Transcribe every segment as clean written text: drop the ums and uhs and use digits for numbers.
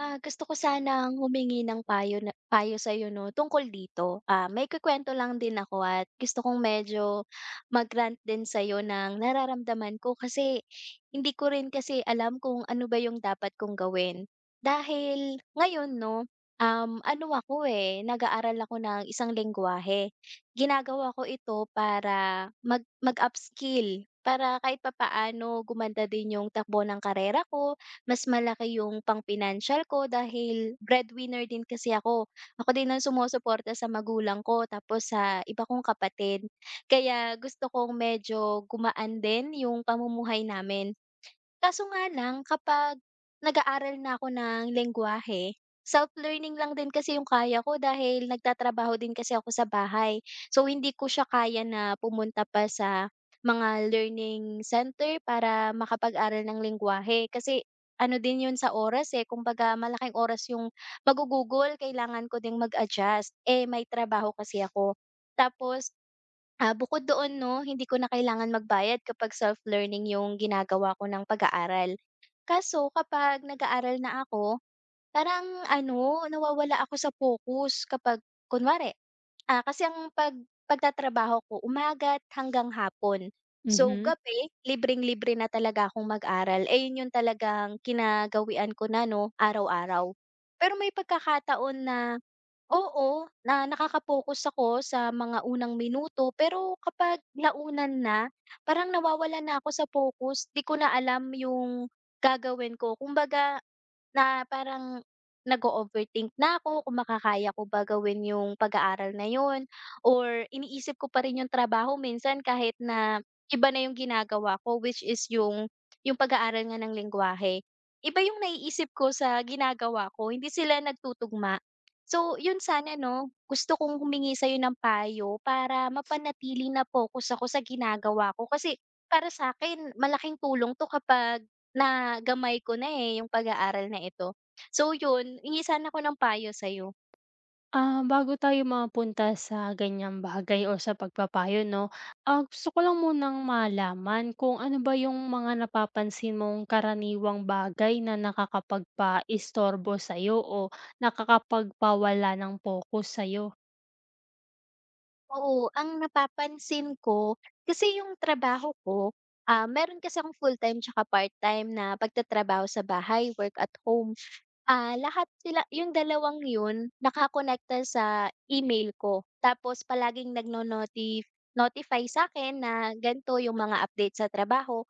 Ah, gusto ko sanang humingi ng payo na payo sa'yo 'no, tungkol dito. Ah, may maikukuwento lang din ako at gusto kong medyo mag-rant din sa'yo ng nararamdaman ko kasi hindi ko rin kasi alam kung ano ba yung dapat kong gawin. Dahil ngayon 'no, ano ako, eh, nag-aaral ako ng isang lengguwahe. Ginagawa ko ito para mag-upskill, para kahit papaano gumanda din yung takbo ng karera ko, mas malaki yung pang-pinansyal ko dahil breadwinner din kasi ako. Ako din ang sumusuporta sa magulang ko tapos sa iba kong kapatid. Kaya gusto kong medyo gumaan din yung pamumuhay namin. Kaso nga lang, kapag nag-aaral na ako ng lengguwahe, self-learning lang din kasi yung kaya ko dahil nagtatrabaho din kasi ako sa bahay. So hindi ko siya kaya na pumunta pa sa mga learning center para makapag-aral ng lengguwahe kasi ano din yun sa oras, eh, kumbaga malaking oras yung magugugol, kailangan ko ding mag-adjust, eh, may trabaho kasi ako. Tapos, bukod doon 'no, hindi ko na kailangan magbayad kapag self-learning yung ginagawa ko ng pag-aaral. Kaso kapag nag-aaral na ako, parang ano, nawawala ako sa focus kapag kunwari, kasi ang pagtatrabaho ko umaga't hanggang hapon. So, Mhm. gabi libreng-libre na talaga akong mag-aral, eh, yun yung talagang kinagawian ko na 'no, araw-araw. Pero may pagkakataon na oo, na nakaka-focus ako sa mga unang minuto, pero kapag launan na, parang nawawala na ako sa focus, 'di ko na alam yung gagawin ko. Kumbaga, na parang nag-o-overthink na ako kung makakaya ko ba gawin yung pag-aaral na yun, or iniisip ko pa rin yung trabaho minsan kahit na iba na yung ginagawa ko, which is yung pag-aaral nga ng lengguwahe. Iba yung naiisip ko sa ginagawa ko, hindi sila nagtutugma. So yun sana 'no, gusto kong humingi sa'yo ng payo para mapanatili na focus ako sa ginagawa ko kasi para sa'kin malaking tulong 'to kapag na gamay ko na, eh, yung pag-aaral na ito. So yun, hingi sana ako ng payo sa'yo. Bago tayo mapunta sa ganyang bagay o sa pagpapayo 'no, gusto ko lang munang malaman kung ano ba yung mga napapansin mong karaniwang bagay na nakakapagpaistorbo sa'yo o nakakapagpawala ng pokus sa'yo? Oo, ang napapansin ko kasi yung trabaho ko, meron kasi akong full-time tsaka part-time na pagtatrabaho sa bahay, work at home. Ah, lahat sila yung dalawang yun nakakonekta sa email ko. Tapos palaging nagno-notif notify sa akin na ganito yung mga update sa trabaho.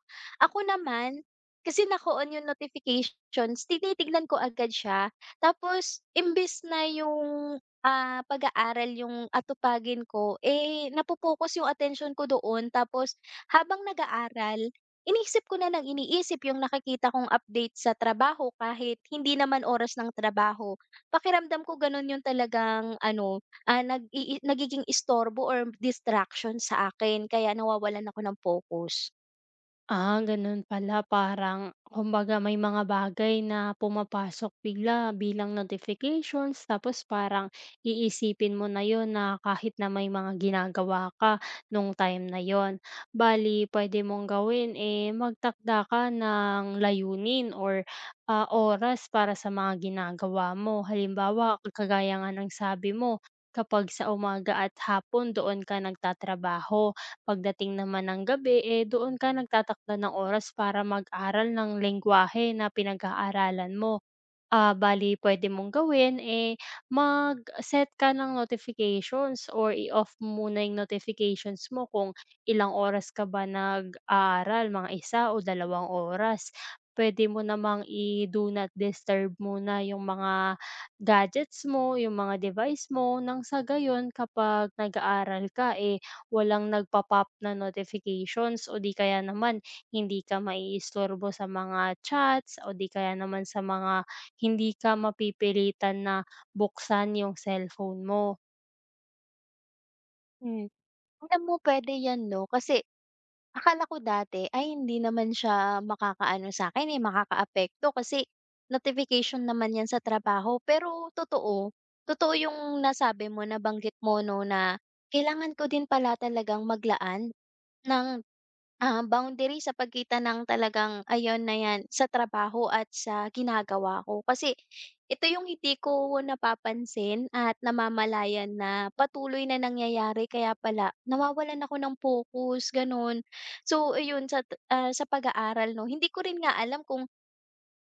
Ako naman, kasi naka-on yung notifications, tinitignan ko agad siya. Tapos imbes na yung, pag-aaral yung atupagin ko, eh, yung attention ko doon. Tapos habang nag-aaral, iniisip ko na ng iniisip yung nakikita kong update sa trabaho kahit hindi naman oras ng trabaho. Pakiramdam ko ganun yung talagang ano, nagiging istorbo or distraction sa akin kaya nawawalan ako ng focus. Ah, gano'n pala. Parang kumbaga may mga bagay na pumapasok bigla bilang notifications, tapos parang iisipin mo na yon na kahit na may mga ginagawa ka nung time na yon. Bali, pwede mong gawin, eh, magtakda ka ng layunin oras para sa mga ginagawa mo. Halimbawa, kagaya nga ng sabi mo, kapag sa umaga at hapon doon ka nagtatrabaho. Pagdating naman ng gabi, eh, doon ka nagtatakda ng oras para mag-aral ng lengguwahe na pinag-aaralan mo. Bali pwede mong gawin, eh, mag-set ka ng notifications or i-off mo muna yung notifications mo kung ilang oras ka ba nag-aaral, mga isa o dalawang oras. Pwede mo namang i-do not disturb muna yung mga gadgets mo, yung mga device mo nang sa gayon kapag nag-aaral ka, eh, walang nagpa-pop na notifications o 'di kaya naman hindi ka maiistorbo sa mga chats o 'di kaya naman sa mga hindi ka mapipilitan na buksan yung cellphone mo, Hmm. Alam mo, puwede 'yan 'no, kasi akala ko dati ay hindi naman siya makakaano sa'kin, eh, makakaapekto kasi notification naman 'yan sa trabaho. Pero totoo, totoo yung nasabi mo, nabanggit mo 'no, na kailangan ko din pala talagang maglaan ng boundary sa pagitan ng talagang ayun na 'yan, sa trabaho at sa ginagawa ko. Kasi ito yung hindi ko napapansin at namamalayan na patuloy na nangyayari kaya pala nawawalan ako ng focus, gano'n. So ayun sa pag-aaral 'no, hindi ko rin nga alam kung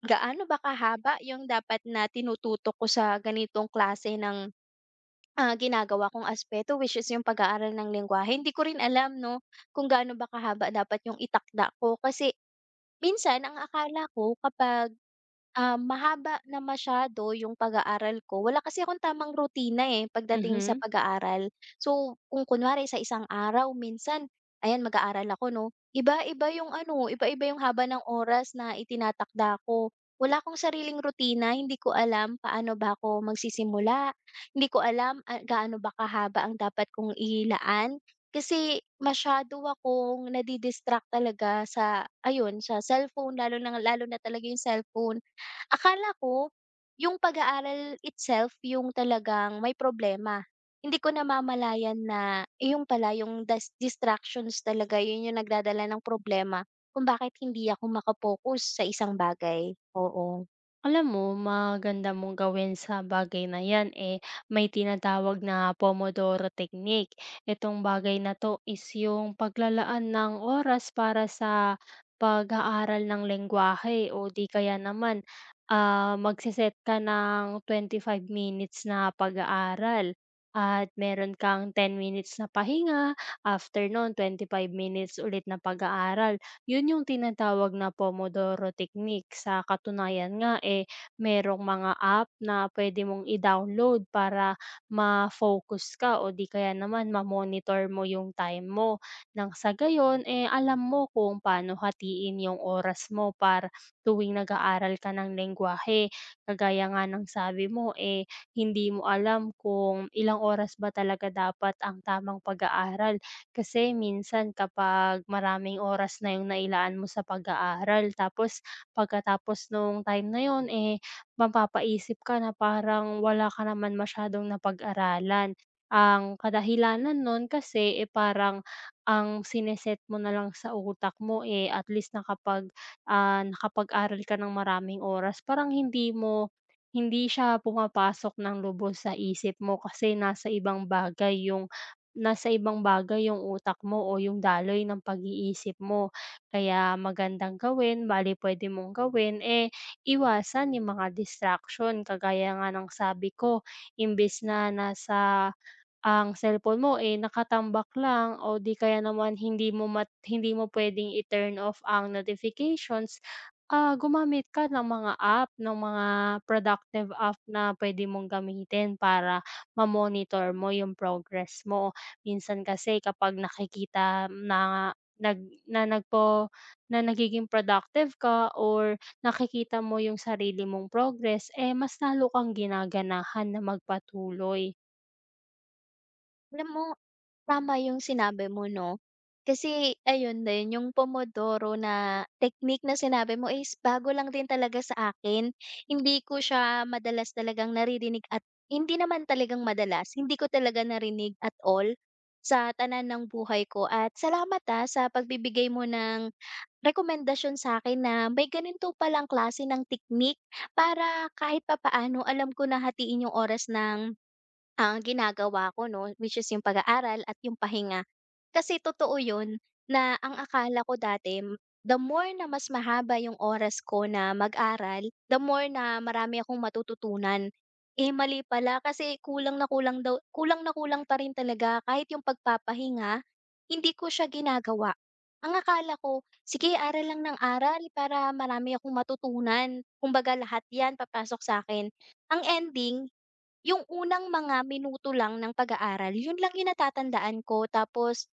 gaano ba kahaba yung dapat na tinututok ko sa ganitong klase ng ginagawa kong aspeto, which is yung pag-aaral ng lengguwahe. Hindi ko rin alam 'no, kung gaano ba kahaba dapat yung itakda ko kasi minsan ang akala ko kapag, mahaba na masyado yung pag-aaral ko, wala kasi akong tamang rutina, eh, pagdating sa mhm. pag-aaral. So, kung kunwari sa isang araw minsan, ayan, mag-aaral ako 'no, iba-iba yung ano, iba-iba yung haba ng oras na itinatakda ko. Wala akong sariling rutina, hindi ko alam paano ba ako magsisimula, hindi ko alam, gaano ba kahaba ang dapat kong ilaan, kasi masyado akong nadi-distract talaga sa ayun, sa cellphone, lalo na talaga yung cellphone. Akala ko yung pag-aaral itself yung talagang may problema. Hindi ko namamalayan na iyon pala yung distractions talaga, yun yung nagdadala ng problema kung bakit hindi ako makapokus sa isang bagay, oo. Alam mo, maganda mong gawin sa bagay na yan, eh, may tinatawag na Pomodoro Technique. Itong bagay na to is yung paglalaan ng oras para sa pag-aaral ng lengguwahe o di kaya naman magse ka ng 25 minutes na pag-aaral at meron kang 10 minutes na pahinga, after 25 minutes ulit na pag-aaral. 'Yun yung tinatawag na Pomodoro technique. Sa katunayan nga, eh, merong mga app na puwede mong i-download para ma-focus ka o di kaya naman ma-monitor mo yung time mo. Nang sa gayon, eh, alam mo kung paano hatiin yung oras mo para tuwing nag-aaral ka ng lengguwahe. Kagaya nga ng sabi mo, eh, hindi mo alam kung ilang oras ba talaga dapat ang tamang pag-aaral. Kasi minsan kapag maraming oras na yung nailaan mo sa pag-aaral, tapos pagkatapos nung time na yun, eh, mapapaisip ka na parang wala ka naman masyadong napag-aralan. Ang kadahilanan nun kasi, eh, parang ang sineset mo na lang sa utak mo, eh, at least nakapag-aral ka ng maraming oras, parang hindi siya pumapasok ng lubos sa isip mo kasi nasa ibang bagay yung nasa ibang bagay yung utak mo o yung daloy ng pag-iisip mo. Kaya magandang gawin, bale pwede mong gawin, eh, iwasan yung mga distraction kagaya nga ng sabi ko, imbes na nasa cellphone mo, eh, nakatambak lang o di kaya naman hindi mo puwedeng i-turn off ang notifications, gumamit ka ng mga app, ng mga productive app na puwede mong gamitin para ma-monitor mo yung progress mo. Minsan kasi kapag nakikita na nag na nagpo na nagiging productive ka or nakikita mo yung sarili mong progress, eh, mas lalo kang ginaganahan na magpatuloy. Alam mo, tama yung sinabi mo 'no. Kasi ayun din, yung Pomodoro na technique na sinabi mo is bago lang din talaga sa akin. Hindi ko siya madalas talagang naririnig, at hindi naman talagang madalas, hindi ko talaga narinig at all sa tanan ng buhay ko. At salamat, sa pagbibigay mo ng rekomendasyon sa akin na may ganito palang klase ng technique para kahit papaano alam ko na hatiin yung oras ang ginagawa ko 'no, which is yung pag-aaral at yung pahinga. Kasi totoo yun, na ang akala ko dati, the more na mas mahaba yung oras ko na mag-aral, the more na marami akong matututunan. Eh, mali pala kasi kulang na kulang daw, kulang na kulang pa rin talaga kahit yung pagpapahinga, hindi ko siya ginagawa. Ang akala ko, sige aral lang ng aral para marami akong matutunan, kumbaga lahat 'yan papasok sa akin. Ang ending, yung unang mga minuto lang ng pag-aaral, yun lang yung natatandaan ko tapos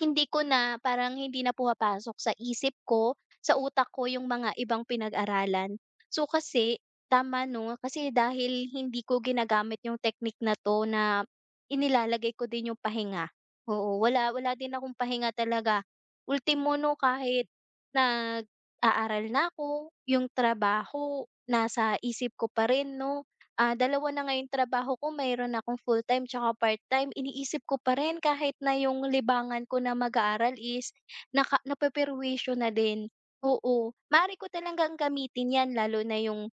hindi ko na, parang hindi na pumapasok sa isip ko, sa utak ko yung mga ibang pinag-aralan. So kasi tama 'no, kasi dahil hindi ko ginagamit yung technique na 'to na inilalagay ko din yung pahinga. Oo, wala wala din akong pahinga talaga. Ultimo 'no, kahit nag-aaral na ako, yung trabaho nasa isip ko pa rin 'no. Ah, dalawa na nga yung trabaho ko, mayroon akong full-time tsaka part-time. Iniisip ko pa rin kahit na yung libangan ko na mag-aaral is napeperwisyo na din. Oo, maaari ko talagang gamitin 'yan lalo na yung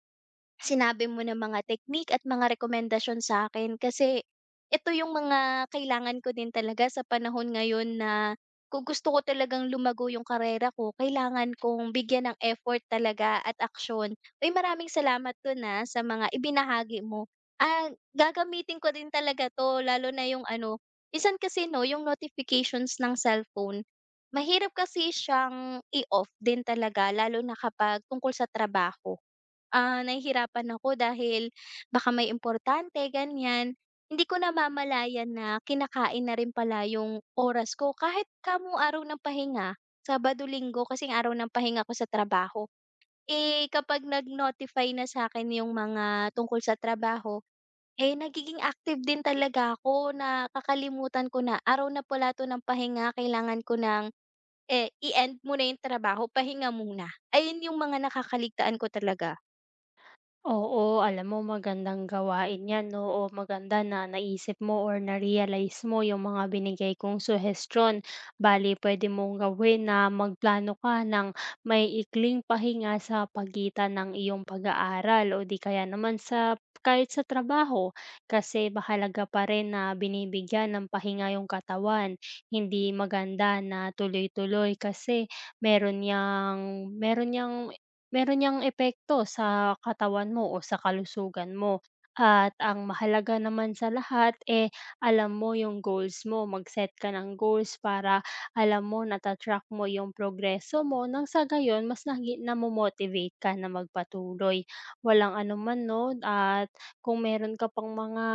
sinabi mo na mga technique at mga rekomendasyon sa akin kasi ito yung mga kailangan ko din talaga sa panahon ngayon, na kung gusto ko talagang lumago yung karera ko, kailangan kong bigyan ng effort talaga at aksyon. Uy, maraming salamat dun, sa mga ibinahagi mo. Ah, gagamitin ko din talaga 'to lalo na yung ano, minsan kasi 'no, yung notifications ng cellphone, mahirap kasi siyang i-off din talaga lalo na kapag tungkol sa trabaho, nahihirapan ako dahil baka may importante, ganyan. Hindi ko namamalayan na kinakain na rin pala yung oras ko kahit kamo araw ng pahinga, Sabado, Linggo kasing araw ng pahinga ko sa trabaho. Eh, kapag nag-notify na sa akin yung mga tungkol sa trabaho, eh, nagiging active din talaga ako, na kakalimutan ko na araw na pala 'to ng pahinga, kailangan ko ng, eh, i-end muna yung trabaho, pahinga muna. Ayun yung mga nakakaligtaan ko talaga. Oo, alam mo magandang gawain 'yan, oo. Maganda na naisip mo or na-realize mo yung mga binigay kong suhestiyon. Bale pwede mong gawin na magplano ka ng may ikling pahinga sa pagitan ng iyong pag-aaral o 'di kaya naman sa kahit sa trabaho. Kasi mahalaga pa rin na binibigyan ng pahinga yung katawan. Hindi maganda na tuloy-tuloy kasi meron niyang meron niyang meron niyang epekto sa katawan mo o sa kalusugan mo. At ang mahalaga naman sa lahat, eh, alam mo yung goals mo. Mag-set ka ng goals para alam mo, natatrack mo yung progreso mo. Nang sa gayon, mas namomotivate ka na magpatuloy. Walang anuman, no? At kung meron ka pang mga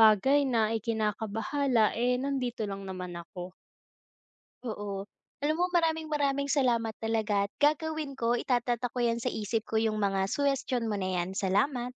bagay na ikinakabahala, eh, nandito lang naman ako. Oo. Alam mo, maraming-maraming salamat talaga at gagawin ko, itatata ko 'yan sa isip ko yung mga suhestiyon mo na 'yan. Salamat.